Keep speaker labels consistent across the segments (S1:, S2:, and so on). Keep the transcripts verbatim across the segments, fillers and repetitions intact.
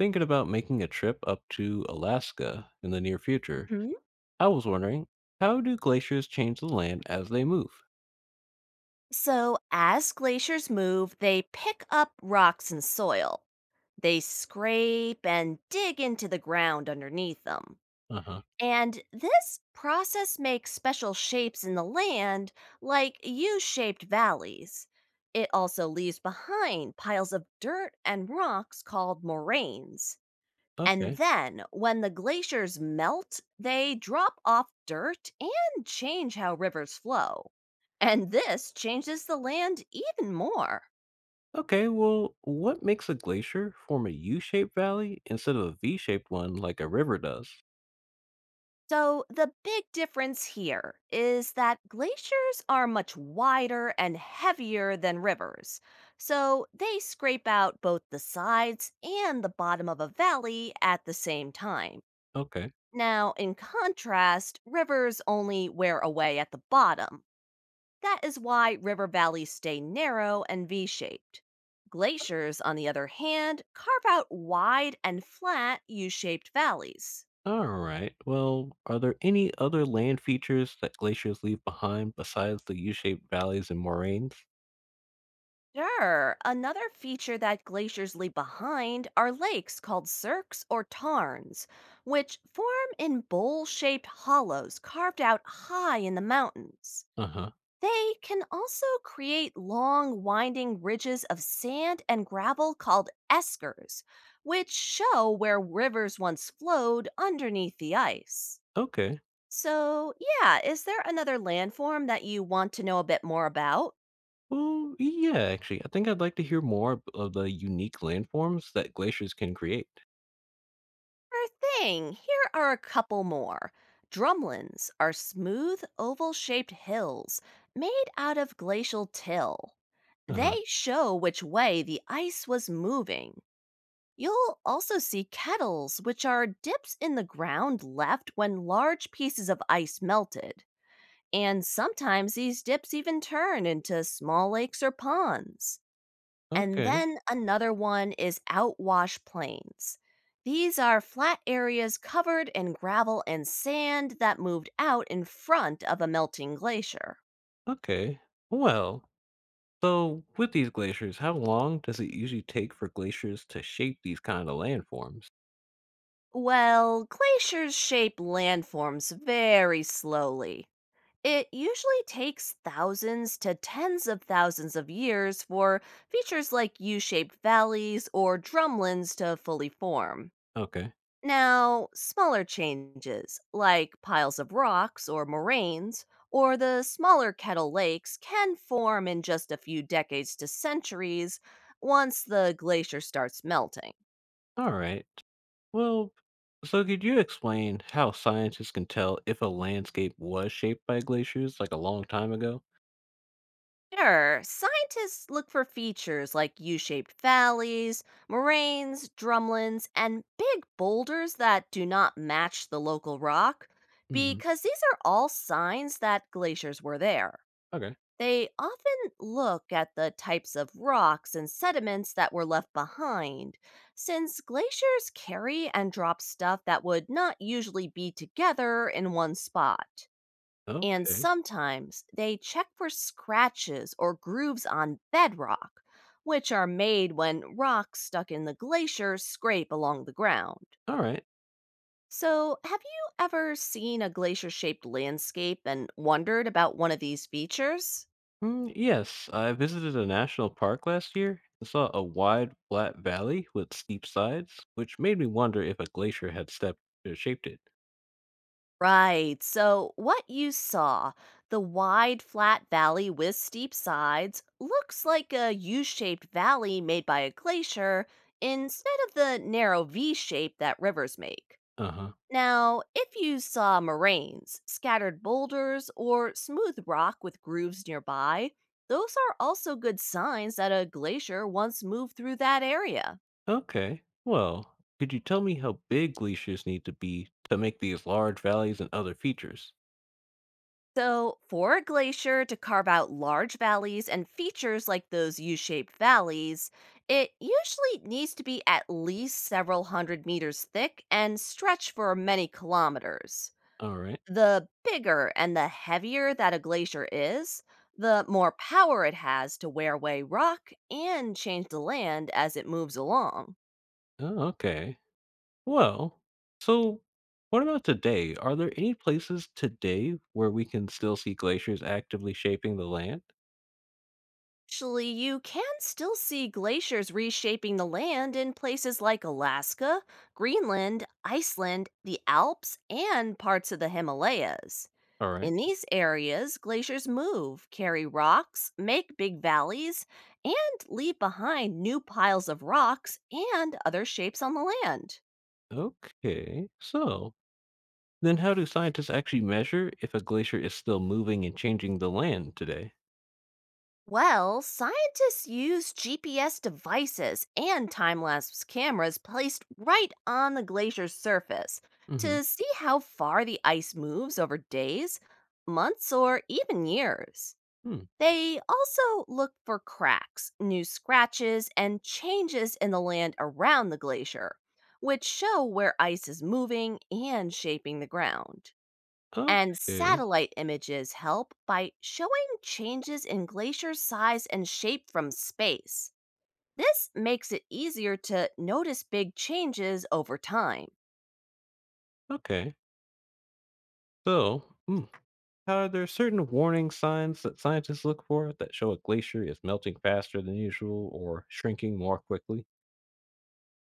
S1: Thinking about making a trip up to Alaska in the near future,
S2: Mhm.
S1: I was wondering, how do glaciers change the land as they move?
S2: So, as glaciers move, they pick up rocks and soil. They scrape and dig into the ground underneath them.
S1: Uh huh.
S2: And this process makes special shapes in the land, like U shaped valleys. It also leaves behind piles of dirt and rocks called moraines. And
S1: Okay.
S2: then, when the glaciers melt, they drop off dirt and change how rivers flow. And this changes the land even more.
S1: Okay, well, what makes a glacier form a U shaped valley instead of a V shaped one like a river does?
S2: So, the big difference here is that glaciers are much wider and heavier than rivers. So, they scrape out both the sides and the bottom of a valley at the same time.
S1: Okay.
S2: Now, in contrast, rivers only wear away at the bottom. That is why river valleys stay narrow and V shaped. Glaciers, on the other hand, carve out wide and flat U shaped valleys.
S1: All right. Well, are there any other land features that glaciers leave behind besides the U shaped valleys and moraines?
S2: Sure, another feature that glaciers leave behind are lakes called cirques or tarns, which form in bowl shaped hollows carved out high in the mountains.
S1: Uh huh.
S2: They can also create long, winding ridges of sand and gravel called eskers, which show where rivers once flowed underneath the ice.
S1: Okay.
S2: So, yeah, is there another landform that you want to know a bit more about?
S1: Well, yeah, actually, I think I'd like to hear more ab- of the unique landforms that glaciers can create.
S2: Sure thing, here are a couple more. Drumlins are smooth, oval shaped hills made out of glacial till.
S1: Uh-huh.
S2: They show which way the ice was moving. You'll also see kettles, which are dips in the ground left when large pieces of ice melted. And sometimes these dips even turn into small lakes or ponds. And
S1: Okay,
S2: then another one is outwash plains. These are flat areas covered in gravel and sand that moved out in front of a melting glacier.
S1: okay. Well, so with these glaciers, how long does it usually take for glaciers to shape these kind of landforms?
S2: Well, glaciers shape landforms very slowly. It usually takes thousands to tens of thousands of years for features like U shaped valleys or drumlins to fully form.
S1: Okay.
S2: Now, smaller changes, like piles of rocks or moraines, or the smaller kettle lakes, can form in just a few decades to centuries once the glacier starts melting.
S1: All right. Well, so could you explain how scientists can tell if a landscape was shaped by glaciers like a long time ago?
S2: Sure. Scientists look for features like U shaped valleys, moraines, drumlins, and big boulders that do not match the local rock,
S1: Hmm.
S2: because these are all signs that glaciers were there.
S1: Okay.
S2: They often look at the types of rocks and sediments that were left behind, since glaciers carry and drop stuff that would not usually be together in one spot. And
S1: Okay.
S2: sometimes they check for scratches or grooves on bedrock, which are made when rocks stuck in the glacier scrape along the ground.
S1: All right.
S2: So, have you ever seen a glacier shaped landscape and wondered about one of these features?
S1: Mm, yes, I visited a national park last year and saw a wide, flat valley with steep sides, which made me wonder if a glacier had stepped or shaped it.
S2: Right, so what you saw, the wide flat valley with steep sides, looks like a U shaped valley made by a glacier instead of the narrow V shape that rivers make.
S1: Uh huh.
S2: Now, if you saw moraines, scattered boulders, or smooth rock with grooves nearby, those are also good signs that a glacier once moved through that area.
S1: Okay. Well, could you tell me how big glaciers need to be to make these large valleys and other features?
S2: So, for a glacier to carve out large valleys and features like those U shaped valleys, it usually needs to be at least several hundred meters thick and stretch for many kilometers.
S1: All right.
S2: The bigger and the heavier that a glacier is, the more power it has to wear away rock and change the land as it moves along.
S1: Oh, okay. Well, so what about today? Are there any places today where we can still see glaciers actively shaping the land?
S2: Actually, you can still see glaciers reshaping the land in places like Alaska, Greenland, Iceland, the Alps, and parts of the Himalayas.
S1: All right.
S2: In these areas, glaciers move, carry rocks, make big valleys, and leave behind new piles of rocks and other shapes on the land.
S1: Okay. So then how do scientists actually measure if a glacier is still moving and changing the land today?
S2: Well, scientists use G P S devices and time lapse cameras placed right on the glacier's surface
S1: Mm-hmm.
S2: to see how far the ice moves over days, months, or even years.
S1: Hmm.
S2: They also look for cracks, new scratches, and changes in the land around the glacier, which show where ice is moving and shaping the ground. And
S1: Okay.
S2: satellite images help by showing changes in glacier size and shape from space. This makes it easier to notice big changes over time.
S1: Okay. So, mm, However, there are certain warning signs that scientists look for that show a glacier is melting faster than usual or shrinking more quickly.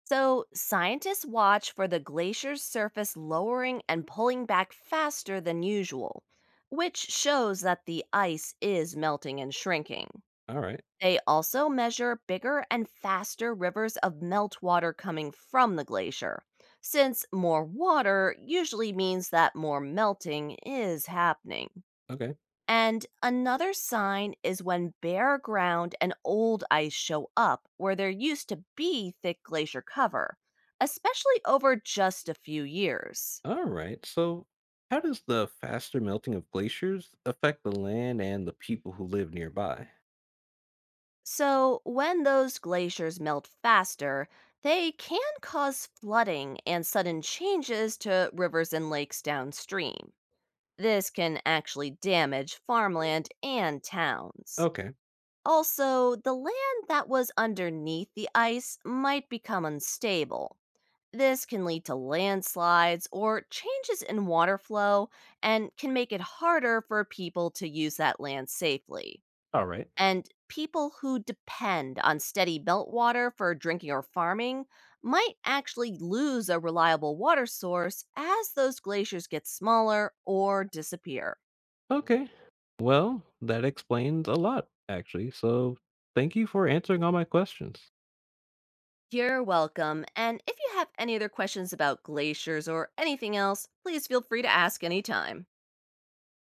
S2: So, scientists watch for the glacier's surface lowering and pulling back faster than usual, which shows that the ice is melting and shrinking.
S1: All right.
S2: They also measure bigger and faster rivers of meltwater coming from the glacier, since more water usually means that more melting is happening.
S1: Okay.
S2: And another sign is when bare ground and old ice show up where there used to be thick glacier cover, especially over just a few years.
S1: All right. So, how does the faster melting of glaciers affect the land and the people who live nearby?
S2: So, when those glaciers melt faster, they can cause flooding and sudden changes to rivers and lakes downstream. This can actually damage farmland and towns.
S1: Okay.
S2: Also, the land that was underneath the ice might become unstable. This can lead to landslides or changes in water flow and can make it harder for people to use that land safely.
S1: All right.
S2: And people who depend on steady meltwater for drinking or farming might actually lose a reliable water source as those glaciers get smaller or disappear.
S1: Okay. Well, that explains a lot, actually. So, thank you for answering all my questions.
S2: You're welcome. And if you have any other questions about glaciers or anything else, please feel free to ask anytime.